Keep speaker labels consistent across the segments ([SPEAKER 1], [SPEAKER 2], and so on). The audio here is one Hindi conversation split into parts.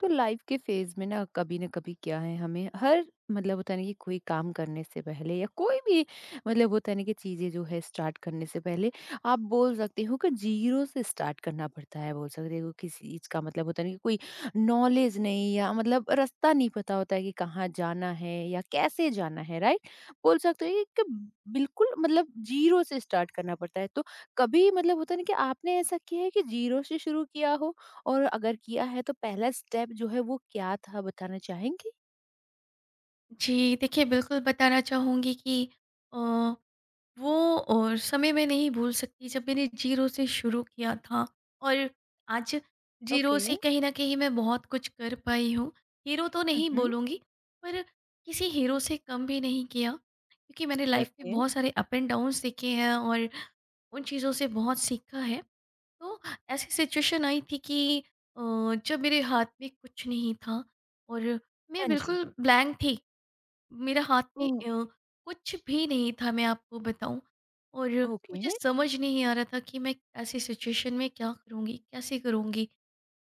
[SPEAKER 1] तो लाइफ के फेज में ना कभी क्या है हमें, हर मतलब होता है ना कि कोई काम करने से पहले या कोई भी मतलब होता है ना कि चीजें जो है स्टार्ट करने से पहले आप बोल सकते हो कि जीरो से स्टार्ट करना पड़ता है, बोल सकते हो किसी चीज का मतलब होता है ना कि कोई नॉलेज नहीं या मतलब रास्ता नहीं पता होता है कि कहाँ जाना है या कैसे जाना है, राइट? बोल सकते हो कि बिल्कुल मतलब जीरो से स्टार्ट करना पड़ता है। तो कभी मतलब होता है ना कि आपने ऐसा किया है कि जीरो से शुरू किया हो, और अगर किया है तो पहला स्टेप जो है वो क्या था बताना चाहेंगी?
[SPEAKER 2] जी, देखिए बिल्कुल बताना चाहूँगी कि अ, वो और समय मैं नहीं भूल सकती जब मैंने ज़ीरो से शुरू किया था और आज ज़ीरो
[SPEAKER 1] ओके।
[SPEAKER 2] से कहीं न कहीं मैं बहुत कुछ कर पाई हूँ। हीरो तो नहीं
[SPEAKER 1] हम्म।
[SPEAKER 2] बोलूँगी पर किसी हीरो से कम भी नहीं किया क्योंकि मैंने लाइफ़ में
[SPEAKER 1] ओके।
[SPEAKER 2] बहुत सारे अप एंड डाउन्स देखे हैं और उन चीज़ों से बहुत सीखा है। तो ऐसी सिचुएशन आई थी कि अ, जब मेरे हाथ में कुछ नहीं था और मैं
[SPEAKER 1] हाँ जी।
[SPEAKER 2] बिल्कुल ब्लैंक थी। मेरे हाथ में
[SPEAKER 1] ओह!
[SPEAKER 2] अ, कुछ भी नहीं था मैं आपको बताऊँ। और मुझे
[SPEAKER 1] ओके।
[SPEAKER 2] समझ नहीं आ रहा था कि मैं ऐसी सिचुएशन में क्या करूँगी, कैसे करूँगी?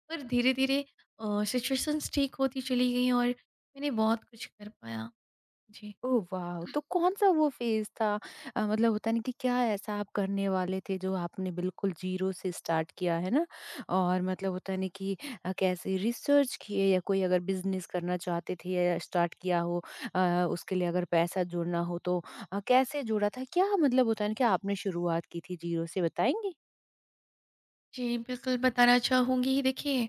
[SPEAKER 2] पर धीरे-धीरे सिचुएशंस ठीक होती चली गईं और मैंने बहुत कुछ कर पाया। जी।
[SPEAKER 1] Oh wow! तो कौन-सा वो फेज़ था, मतलब होता है ना कि क्या ऐसा आप करने वाले थे जो आपने बिल्कुल ज़ीरो से स्टार्ट किया, है ना? और मतलब होता है ना कि कैसे रिसर्च किए या कोई अगर बिज़नेस करना चाहते थे या स्टार्ट किया हो, उसके लिए अगर पैसा जोड़ना हो तो कैसे जोड़ा था? क्या मतलब होता है ना कि आपने शुरुआत की थी ज़ीरो से, बताएँगी?
[SPEAKER 2] जी, बिल्कुल बताना चाहूँगी। देखिए,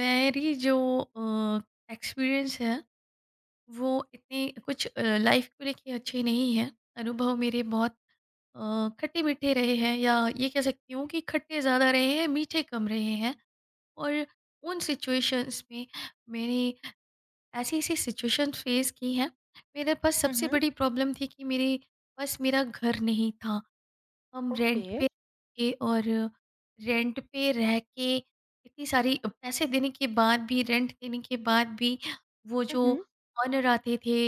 [SPEAKER 2] मेरी जो अ, एक्सपीरियंस है, वो इतने कुछ लाइफ़ को लेके अच्छे नहीं है। अनुभव मेरे बहुत खट्टे मीठे रहे हैं, या ये कह सकती हूँ कि खट्टे ज़्यादा रहे हैं, मीठे कम रहे हैं। और उन सिचुएशंस में मैंने ऐसी ऐसी सिचुएशन फेस की हैं। मेरे पास सबसे बड़ी प्रॉब्लम थी कि मेरे पास मेरा घर नहीं था। हम रेंट
[SPEAKER 1] ओके।
[SPEAKER 2] पे थे, और रेंट पे रह के इतनी सारी पैसे देने के बाद भी, रेंट देने के बाद भी, वो
[SPEAKER 1] हुँ,
[SPEAKER 2] जो
[SPEAKER 1] हुँ।
[SPEAKER 2] ऑनर आते थे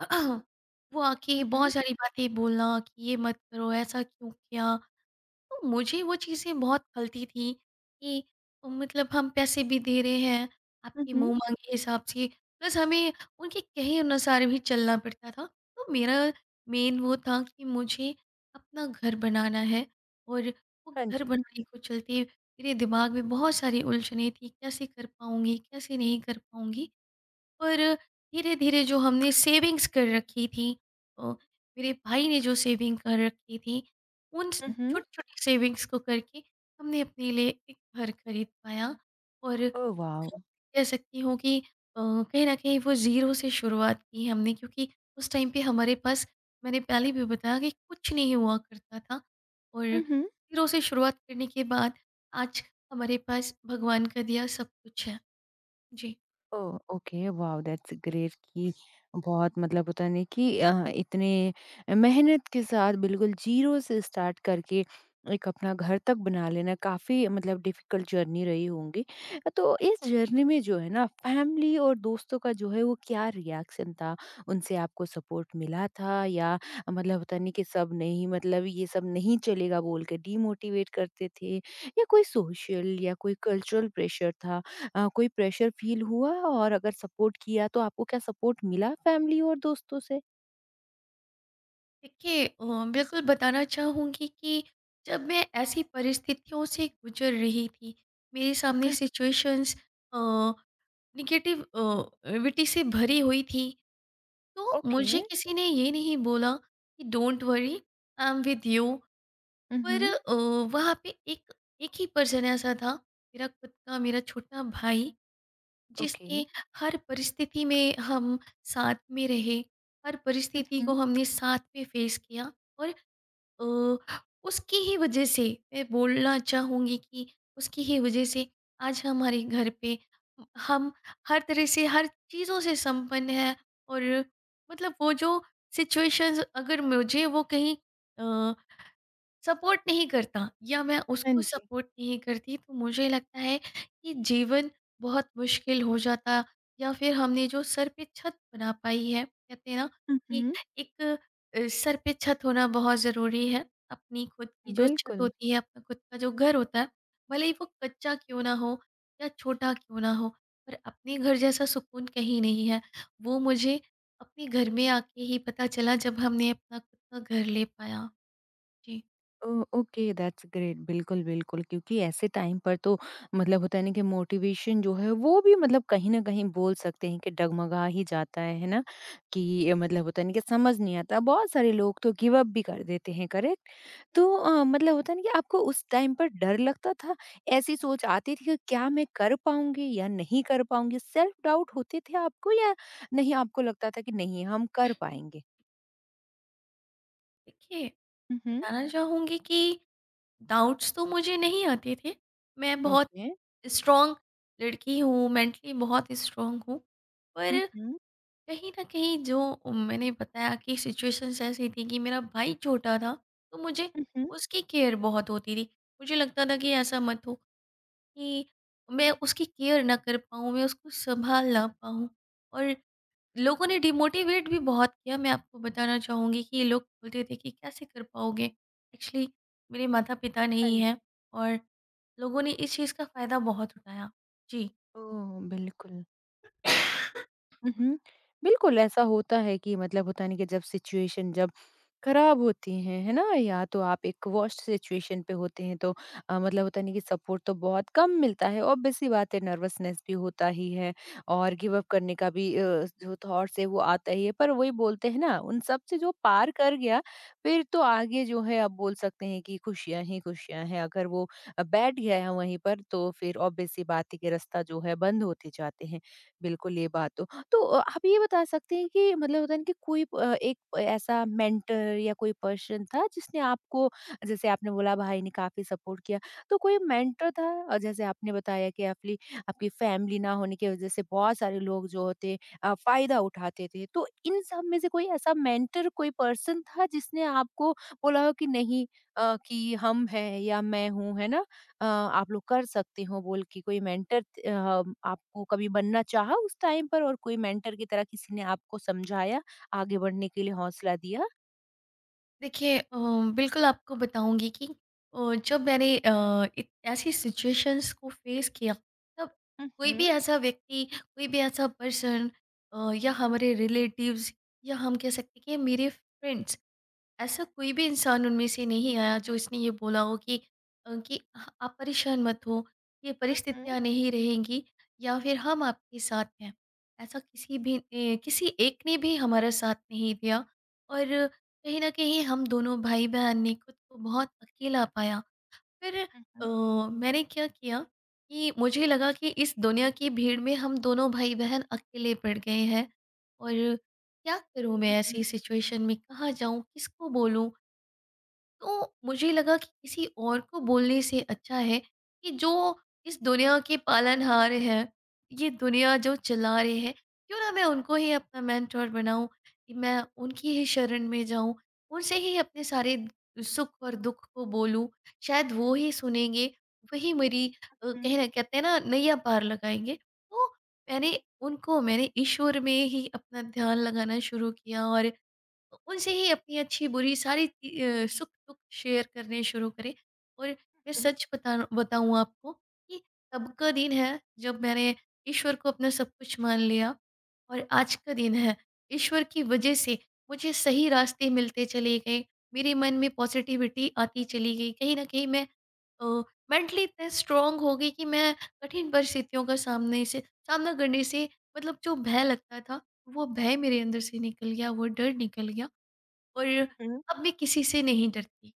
[SPEAKER 2] वो आके
[SPEAKER 1] हुँ, हुँ।
[SPEAKER 2] बहुत सारी बातें बोलना कि ये मत करो, ऐसा क्यों किया। तो मुझे वो चीज़ें बहुत खलती थी कि मतलब हम पैसे भी दे रहे हैं,
[SPEAKER 1] हुँ,
[SPEAKER 2] आपके
[SPEAKER 1] हुँ।
[SPEAKER 2] मुँह मांगे हिसाब से, प्लस हमें उनके कहे अनुसार भी चलना पड़ता था। तो मेरा मेन वो था कि मुझे अपना घर बनाना है, और वो
[SPEAKER 1] हाँ
[SPEAKER 2] घर
[SPEAKER 1] जी।
[SPEAKER 2] बनाने को चलते मेरे दिमाग में बहुत सारी उलझनें थी, कैसे कर पाऊँगी, कैसे नहीं कर पाऊँगी। पर धीरे-धीरे जो हमने सेविंग्स कर रखी थी, अ, मेरे भाई ने जो सेविंग कर रखी थी, उन स
[SPEAKER 1] हुँ, हुँ।
[SPEAKER 2] छोटी-छोटी सेविंग्स को करके हमने अपने लिए एक घर खरीद पाया। और
[SPEAKER 1] ओह वाओ!
[SPEAKER 2] वो कह सकती हूँ कि कहीं न कहीं वो ज़ीरो से शुरुआत की हमने, क्योंकि उस टाइम पे हमारे पास, मैंने पहले भी बताया, कि कुछ नहीं हुआ करता था। और
[SPEAKER 1] हुँ, हुँ।
[SPEAKER 2] ज़ीरो से शुरुआत करने के बाद आज हमारे पास भगवान का दिया सब कुछ है। जी।
[SPEAKER 1] Oh! Okay, wow that's great कि बहुत मतलब होता नहीं कि इतने मेहनत के साथ बिल्कुल ज़ीरो से स्टार्ट करके एक अपना घर तक बना लेना काफ़ी मतलब डिफ़िकल्ट जर्नी रही होंगी। तो इस जर्नी में जो है ना, फैमिली और दोस्तों का जो है वो क्या रिएक्शन था? उनसे आपको सपोर्ट मिला था या मतलब होता नहीं कि सब नहीं, मतलब ये सब नहीं चलेगा बोल के डीमोटिवेट करते थे, या कोई सोशल या कोई कल्चरल प्रेशर था? कोई प्रेशर फ़ील हुआ, और अगर सपोर्ट किया तो आपको क्या सपोर्ट मिला फैमिली और दोस्तों से?
[SPEAKER 2] देखिए बिल्कुल बताना चाहूँगी कि जब मैं ऐसी परिस्थितियों से गुजर रही थी, मेरे सामने
[SPEAKER 1] हुँ,
[SPEAKER 2] सिचुएशंस अ, नेगेटिव विटी से भरी हुई थी, तो
[SPEAKER 1] ओके।
[SPEAKER 2] मुझे किसी ने ये नहीं बोला कि don't worry, I am with you.
[SPEAKER 1] हुँ,
[SPEAKER 2] पर
[SPEAKER 1] हुँ।
[SPEAKER 2] वहाँ पे एक एक ही पर्सन ऐसा था, मेरा खुद का मेरा छोटा भाई,
[SPEAKER 1] ओके।
[SPEAKER 2] जिसने हर परिस्थिति में हम साथ में रहे, हर
[SPEAKER 1] हुँ,
[SPEAKER 2] परिस्थिति को
[SPEAKER 1] हुँ।
[SPEAKER 2] हमने साथ में फेस किया। और अ, उसकी ही वजह से मैं बोलना चाहूँगी कि उसकी ही वजह से आज हमारे घर पे हम हर तरह से हर चीज़ों से संपन्न है। और मतलब वो जो सिचुएशंस, अगर मुझे वो कहीं सपोर्ट नहीं करता या मैं
[SPEAKER 1] हाँ
[SPEAKER 2] उसको
[SPEAKER 1] जी।
[SPEAKER 2] सपोर्ट नहीं करती तो मुझे लगता है कि जीवन बहुत मुश्किल हो जाता। या फिर हमने जो सर पे छत बना पाई है, कहते हैं ना
[SPEAKER 1] हुँ,
[SPEAKER 2] कि
[SPEAKER 1] हुँ।
[SPEAKER 2] एक सर पे छत होना बहुत ज़रूरी है। अपनी खुद की जो छत
[SPEAKER 1] बिल्कुल।
[SPEAKER 2] होती है, अपना खुद का जो घर होता है, भले ही वो कच्चा क्यों ना हो या छोटा क्यों ना हो, पर अपने घर जैसा सुकून कहीं नहीं है। वो मुझे अपने घर में आके ही पता चला जब हमने अपना खुद का घर ले पाया। जी।
[SPEAKER 1] ओ ओके दैट्स ग्रेट, बिल्कुल बिल्कुल क्योंकि ऐसे टाइम पर तो मतलब होता है ना कि मोटिवेशन जो है वो भी मतलब कहीं ना कहीं बोल सकते हैं कि डगमगा ही जाता है ना? कि ये मतलब होता है ना कि समझ नहीं आता, बहुत सारे लोग तो गिव अप भी कर देते हैं, करेक्ट? तो मतलब होता है ना कि आपको उस टाइम पर डर लगता था, ऐसी सोच आती थी कि क्या मैं कर पाऊंगी या नहीं कर पाऊंगी, सेल्फ डाउट होते थे आपको, या नहीं आपको लगता था कि नहीं हम कर पाएंगे?
[SPEAKER 2] देखिए,
[SPEAKER 1] हम्म।
[SPEAKER 2] बताना चाहूँगी कि डाउट्स तो मुझे नहीं आते थे। मैं बहुत
[SPEAKER 1] ओके।
[SPEAKER 2] स्ट्रॉन्ग लड़की हूँ, मेंटली बहुत स्ट्रॉन्ग हूँ।
[SPEAKER 1] हम्म,
[SPEAKER 2] पर
[SPEAKER 1] हम्म।
[SPEAKER 2] कहीं न कहीं जो मैंने बताया कि सिचुएशंस ऐसी थी कि मेरा भाई छोटा था, तो मुझे
[SPEAKER 1] हम्म।
[SPEAKER 2] उसकी केयर बहुत होती थी। मुझे लगता था कि ऐसा मत हो कि मैं उसकी केयर ना कर पाऊँ, मैं उसको सँभाल ना पाऊँ। और लोगों ने डिमोटिवेट भी बहुत किया, मैं आपको बताना चाहूँगी कि ये लोग बोलते थे कि कैसे कर पाओगे। एक्चुअली मेरे माता पिता नहीं हैं, और लोगों ने इस चीज़ का फ़ायदा बहुत उठाया। जी।
[SPEAKER 1] ओह! बिल्कुल। हुँ, हुँ। बिल्कुल, ऐसा होता है कि मतलब होता नहीं कि जब सिचुएशन जब खराब होती हैं, है ना? या तो आप एक वर्स्ट सिचुएशन पे होते हैं तो मतलब होता नहीं कि सपोर्ट तो बहुत कम मिलता है। ऑब्वियस सी बात है नर्वसनेस भी होता ही है, और गिव अप करने का भी जो थॉट्स है वो आता ही है। पर वही बोलते हैं ना, उन सब से जो पार कर गया फिर तो आगे जो है आप बोल सकते हैं कि खुशियाँ ही खुशियाँ हैं। अगर वो बैठ गया है वहीं पर तो फिर ऑब्वियस सी बात है कि रास्ता जो है बंद होते जाते हैं। बिल्कुल, ये बात तो। तो आप ये बता सकते हैं कि मतलब होता है ना कि कोई एक ऐसा मेंटर या कोई पर्सन था जिसने आपको, जैसे आपने बोला भाई ने काफ़ी सपोर्ट किया, तो कोई मेंटर था, जैसे आपने बताया कि आपली आपकी फैमिली ना होने की वजह से बहुत सारे लोग जो होते फ़ायदा उठाते थे। तो इन सब में से कोई ऐसा मेंटर, कोई पर्सन था जिसने आपको बोला हो कि नहीं, कि हम हैं या मैं हूँ, है ना? आप लोग कर सकते हो बोल के कोई मेंटर आपको कभी बनना चाहा उस टाइम पर, और कोई मेंटर की तरह किसी ने आपको समझाया, आगे बढ़ने के लिए हौसला दिया?
[SPEAKER 2] देखिए बिल्कुल आपको बताऊँगी कि जब मैंने ऐसी सिचुएशंस को फेस किया, तब
[SPEAKER 1] हुँ,
[SPEAKER 2] कोई भी
[SPEAKER 1] हुँ,
[SPEAKER 2] ऐसा व्यक्ति, कोई भी ऐसा पर्सन, या हमारे रिलेटिव्स, या हम कह सकते हैं कि मेरे फ्रेंड्स, ऐसा कोई भी इंसान उनमें से नहीं आया जो इसने ये बोला हो कि "आप परेशान मत हो, ये
[SPEAKER 1] हुँ,
[SPEAKER 2] परिस्थितियां नहीं रहेंगी, या फिर हम आपके साथ हैं"। ऐसा किसी भी किसी एक ने भी हमारा साथ नहीं दिया। और कहीं ना कहीं हम दोनों भाई बहन ने खुद को बहुत अकेला पाया। फिर अ,
[SPEAKER 1] हुँ,
[SPEAKER 2] मैंने क्या किया कि मुझे लगा कि इस दुनिया की भीड़ में हम दोनों भाई-बहन अकेले पड़ गए हैं, और क्या करूँ मैं ऐसी सिचुएशन में, कहाँ जाऊँ, किसको बोलूँ? तो मुझे लगा कि किसी और को बोलने से अच्छा है कि जो इस दुनिया के पालनहार हैं, ये दुनिया जो चला रहे हैं, क्यों ना मैं उनको ही अपना मेंटर बनाऊँ, कि मैं उनकी ही शरण में जाऊँ, उनसे ही अपने सारे सुख और दुख को बोलूँ। शायद वो ही सुनेंगे, वही मेरी
[SPEAKER 1] हुँ,
[SPEAKER 2] कहीं न कहते हैं ना नैया पार लगाएँगे। तो मैंने ईश्वर में ही अपना ध्यान लगाना शुरू किया, और उनसे ही अपनी अच्छी-बुरी सारी सुख-दुख शेयर करने शुरू करें। और मैं
[SPEAKER 1] हुँ,
[SPEAKER 2] सच बताऊँ आपको कि तब का दिन है जब मैंने ईश्वर को अपना सब कुछ मान लिया, और आज का दिन है, ईश्वर की वज़ह से मुझे सही रास्ते मिलते चले गए। मेरे मन में पॉज़िटिविटी आती चली गई। कहीं न कहीं मैं अ, मेंटली इतना स्ट्रॉन्ग हो गई कि मैं कठिन परिस्थितियों का सामने से सामना करने से, मतलब जो भय लगता था, वो भय मेरे अंदर से निकल गया, वो डर निकल गया। और
[SPEAKER 1] हुँ।
[SPEAKER 2] अब मैं किसी से नहीं डरती।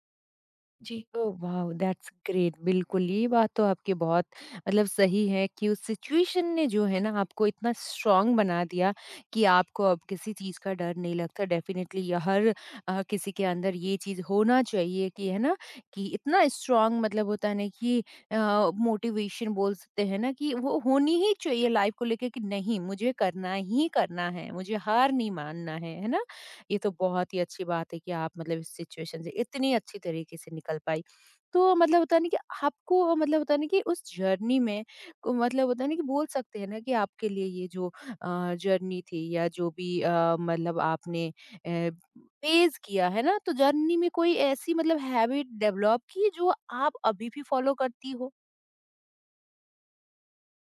[SPEAKER 2] जी।
[SPEAKER 1] Oh wow! That's great. बिल्कुल, ये बात तो आपकी बहुत मतलब सही है कि उस सिचुएशन ने जो है ना आपको इतना स्ट्रॉन्ग बना दिया कि आपको अब किसी चीज़ का डर नहीं लगता। डेफ़िनेटली ये हर किसी के अंदर ये चीज़ होना चाहिए कि, है ना? कि इतना स्ट्रॉन्ग मतलब होता है ना कि अ, मोटिवेशन बोल सकते हैं ना कि वो होनी ही चाहिए लाइफ़ को लेके कि नहीं, मुझे करना ही करना है, मुझे हार नहीं मानना है ना? ये तो बहुत ही अच्छी बात है कि आप मतलब इस सिचुएशन से इतनी अच्छी तरीके से निकल पाई। तो मतलब होता है ना कि आपको मतलब होता है ना कि उस जर्नी में को मतलब होता है ना कि बोल सकते हैं ना कि आपके लिए ये जो जर्नी थी या जो भी मतलब आपने पेज किया है ना, तो जर्नी में कोई ऐसी मतलब हैबिट डेवलप की जो आप अभी भी फॉलो करती हो?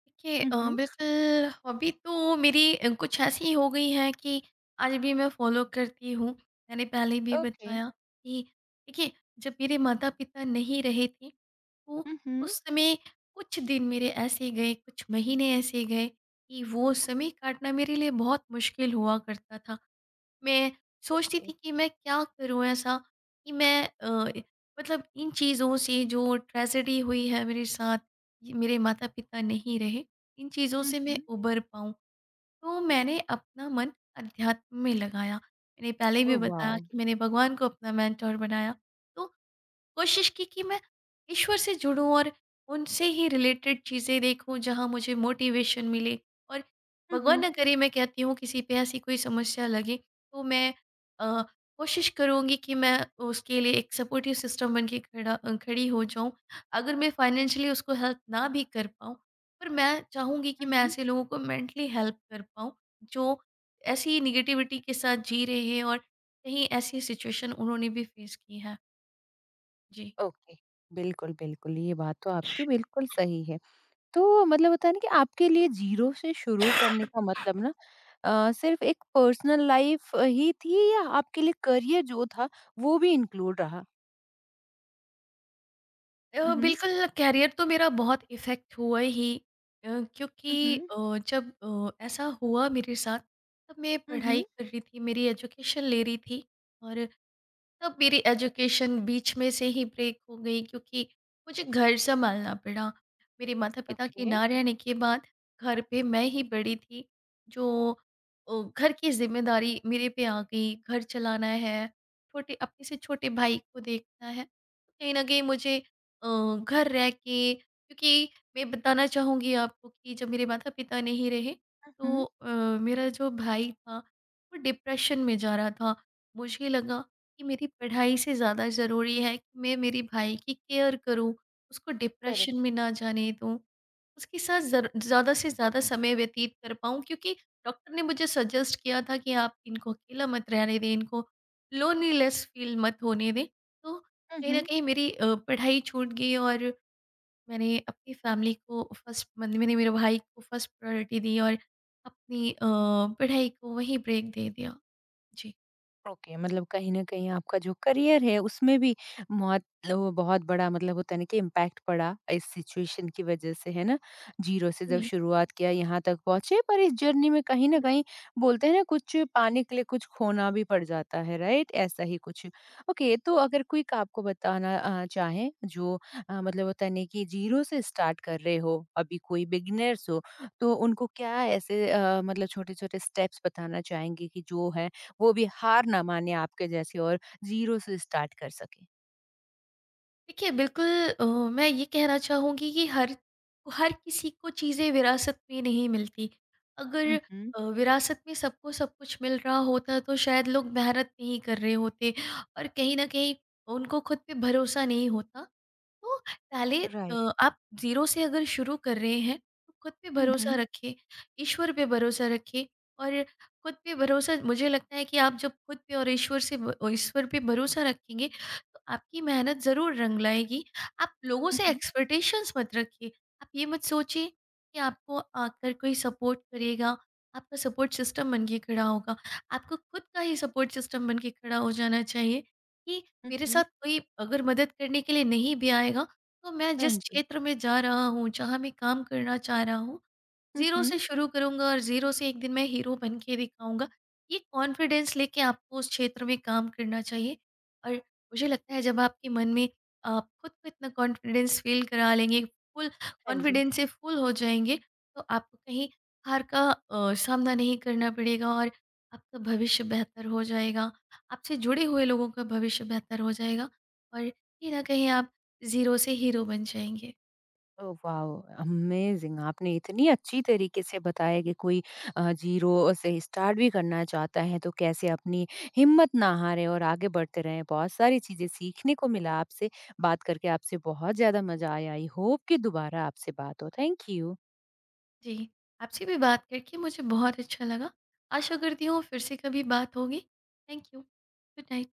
[SPEAKER 2] देखिए
[SPEAKER 1] Mhm.
[SPEAKER 2] बिल्कुल हॉबी तो मेरी कुछ ऐसी हो गई है कि आज भी मैं फ़ॉलो करती हूँ। मैंने पहले भी
[SPEAKER 1] ओके।
[SPEAKER 2] बताया कि देखिए जब मेरे माता-पिता नहीं रहे थे, तो
[SPEAKER 1] Mhm.
[SPEAKER 2] उस समय कुछ दिन मेरे ऐसे गए, कुछ महीने ऐसे गए कि वो समय काटना मेरे लिए बहुत मुश्किल हुआ करता था। मैं सोचती थी कि मैं क्या करूँ ऐसा कि मैं मतलब इन चीज़ों से जो ट्रेजेडी हुई है मेरे साथ, ये मेरे माता-पिता नहीं रहे, इन चीज़ों से मैं
[SPEAKER 1] Mhm.
[SPEAKER 2] उबर पाऊँ। तो मैंने अपना मन अध्यात्म में लगाया। मैंने पहले भी बताया
[SPEAKER 1] वाह।
[SPEAKER 2] कि मैंने भगवान को अपना मेंटर बनाया। तो कोशिश की कि मैं ईश्वर से जुड़ूं और उनसे ही रिलेटेड चीज़ें देखूं जहां मुझे मोटिवेशन मिले। और भगवान
[SPEAKER 1] Mhm.
[SPEAKER 2] ना करे, मैं कहती हूँ किसी पे ऐसी कोई समस्या लगे, तो मैं अ, कोशिश करूंगी कि मैं उसके लिए एक सपोर्टिव सिस्टम बन के खड़ी हो जाऊं। अगर मैं फाइनेंशियली उसको हेल्प ना भी कर पाऊँ, पर मैं चाहूंगी कि मैं
[SPEAKER 1] Mhm.
[SPEAKER 2] ऐसे लोगों को मेंटली हेल्प कर पाऊँ जो ऐसी निगेटिविटी के साथ जी रहे हैं, और कहीं ऐसी सिचुएशन उन्होंने भी फेस की है। जी।
[SPEAKER 1] ओके, बिल्कुल बिल्कुल ये बात तो आपकी बिल्कुल सही है। तो मतलब होता है ना कि आपके लिए जीरो से शुरू करने का मतलब ना सिर्फ एक पर्सनल लाइफ ही थी, या आपके लिए करियर जो था वो भी इंक्लूड रहा? Mhm,
[SPEAKER 2] बिल्कुल कैरियर तो मेरा बहुत इफ़ेक्ट हुआ ही, अ, क्योंकि
[SPEAKER 1] mhm,
[SPEAKER 2] अ, जब अ, ऐसा हुआ मेरे साथ, तब मैं पढ़ाई
[SPEAKER 1] mhm,
[SPEAKER 2] कर रही थी, मेरी एजुकेशन ले रही थी, और तब मेरी एजुकेशन बीच में से ही ब्रेक हो गई क्योंकि मुझे घर संभालना पड़ा। मेरे माता-पिता के
[SPEAKER 1] ओके।
[SPEAKER 2] ना रहने के बाद घर पे मैं ही बड़ी थी, जो घर की ज़िम्मेदारी मेरे पे आ गई। घर चलाना है, छोटे अपने से छोटे भाई को देखना है। कहीं न कहीं मुझे अ, घर रह के, क्योंकि मैं बताना चाहूँगी आपको कि जब मेरे माता-पिता नहीं रहे, तो
[SPEAKER 1] Mhm,
[SPEAKER 2] मेरा जो भाई था वो डिप्रेशन में जा रहा था। मुझे लगा कि मेरी पढ़ाई से ज़्यादा ज़रूरी है कि मैं मेरे भाई की केयर करूँ, उसको डिप्रेशन
[SPEAKER 1] करेक्ट।
[SPEAKER 2] में ना जाने दूँ, उसके साथ ज़र ज़्यादा से ज़्यादा समय व्यतीत कर पाऊँ, क्योंकि डॉक्टर ने मुझे सजेस्ट किया था कि आप इनको अकेला मत रहने दें, इनको लोनलीनेस फ़ील मत होने दें। तो कहीं न
[SPEAKER 1] Mhm.
[SPEAKER 2] कहीं मेरी पढ़ाई छूट गई, और मैंने मेरे भाई को फर्स्ट प्रायोरिटी दी, और अपनी पढ़ाई को वहीं ब्रेक दे दिया। जी।
[SPEAKER 1] ओके, मतलब कहीं न कहीं आपका जो करियर है उसमें भी बहुत लो, बहुत बड़ा मतलब होता है ना कि इम्पैक्ट पड़ा इस सिचुएशन की वजह से, है ना? ज़ीरो से जब
[SPEAKER 2] हम्म।
[SPEAKER 1] शुरुआत किया यहाँ तक पहुँचे, पर इस जर्नी में कहीं न कहीं बोलते हैं ना कुछ पाने के लिए कुछ खोना भी पड़ जाता है, राइट? ऐसा ही कुछ। ओके, तो अगर क्विक आपको बताना चाहें जो मतलब होता है ना कि ज़ीरो से स्टार्ट कर रहे हो, अभी कोई बिगिनर्स हो, तो उनको क्या ऐसे मतलब छोटे-छोटे स्टेप्स बताना चाहेंगे कि जो है वो भी हार ना माने आपके जैसे, और ज़ीरो से स्टार्ट कर सके?
[SPEAKER 2] देखिए बिल्कुल, मैं ये कहना चाहूँगी कि हर हर किसी को चीज़ें विरासत में नहीं मिलती। अगर
[SPEAKER 1] उहुँ।
[SPEAKER 2] विरासत में सबको सब कुछ मिल रहा होता तो शायद लोग मेहनत नहीं कर रहे होते, और कहीं न कहीं उनको खुद पे भरोसा नहीं होता। तो पहले
[SPEAKER 1] राइट।
[SPEAKER 2] आप ज़ीरो से अगर शुरू कर रहे हैं तो खुद पे भरोसा
[SPEAKER 1] उहुँ,
[SPEAKER 2] रखें, ईश्वर पे भरोसा रखें। और खुद पे भरोसा, मुझे लगता है कि आप जब खुद पे और ईश्वर से ब ईश्वर पे भरोसा रखेंगे तो आपकी मेहनत ज़रूर रंग लाएगी। आप लोगों से
[SPEAKER 1] उहुँ,
[SPEAKER 2] एक्सपेक्टेशंस मत रखिए। आप ये मत सोचिए कि आपको आकर कोई सपोर्ट करेगा, आपका सपोर्ट सिस्टम बन के खड़ा होगा। आपको खुद का ही सपोर्ट सिस्टम बन के खड़ा हो जाना चाहिए कि मेरे
[SPEAKER 1] उहुँ।
[SPEAKER 2] साथ कोई अगर मदद करने के लिए नहीं भी आएगा, तो मैं
[SPEAKER 1] हाँ
[SPEAKER 2] जिस
[SPEAKER 1] जी।
[SPEAKER 2] क्षेत्र में जा रहा हूँ, जहाँ मैं काम करना चाह रहा हूँ, जीरो
[SPEAKER 1] उहुँ।
[SPEAKER 2] से शुरू करूंगा, और जीरो से एक दिन मैं हीरो बन के दिखाऊंगा। ये कॉन्फिडेंस लेके आपको उस क्षेत्र में काम करना चाहिए। और मुझे लगता है जब आपके मन में आप खुद को इतना कॉन्फिडेंस फील करा लेंगे, फुल
[SPEAKER 1] हाँ जी।
[SPEAKER 2] कॉन्फिडेंस से फुल हो जाएंगे, तो आपको कहीं हार का सामना नहीं करना पड़ेगा, और आपका भविष्य बेहतर हो जाएगा, आपसे जुड़े हुए लोगों का भविष्य बेहतर हो जाएगा, और कहीं न कहीं आप ज़ीरो से हीरो बन जाएँगे।
[SPEAKER 1] Oh wow! अमेज़िंग, आपने इतनी अच्छी तरीके से बताया कि कोई ज़ीरो से स्टार्ट भी करना चाहता है तो कैसे अपनी हिम्मत ना हारें और आगे बढ़ते रहें। बहुत सारी चीज़ें सीखने को मिला आपसे, बात करके आपसे बहुत ज़्यादा मज़ा आया। आई होप कि दोबारा आपसे बात हो। Thank you.
[SPEAKER 2] जी, आपसे भी बात करके मुझे बहुत अच्छा लगा। आशा करती हूँ फिर से कभी बात होगी। Thank you. Good night.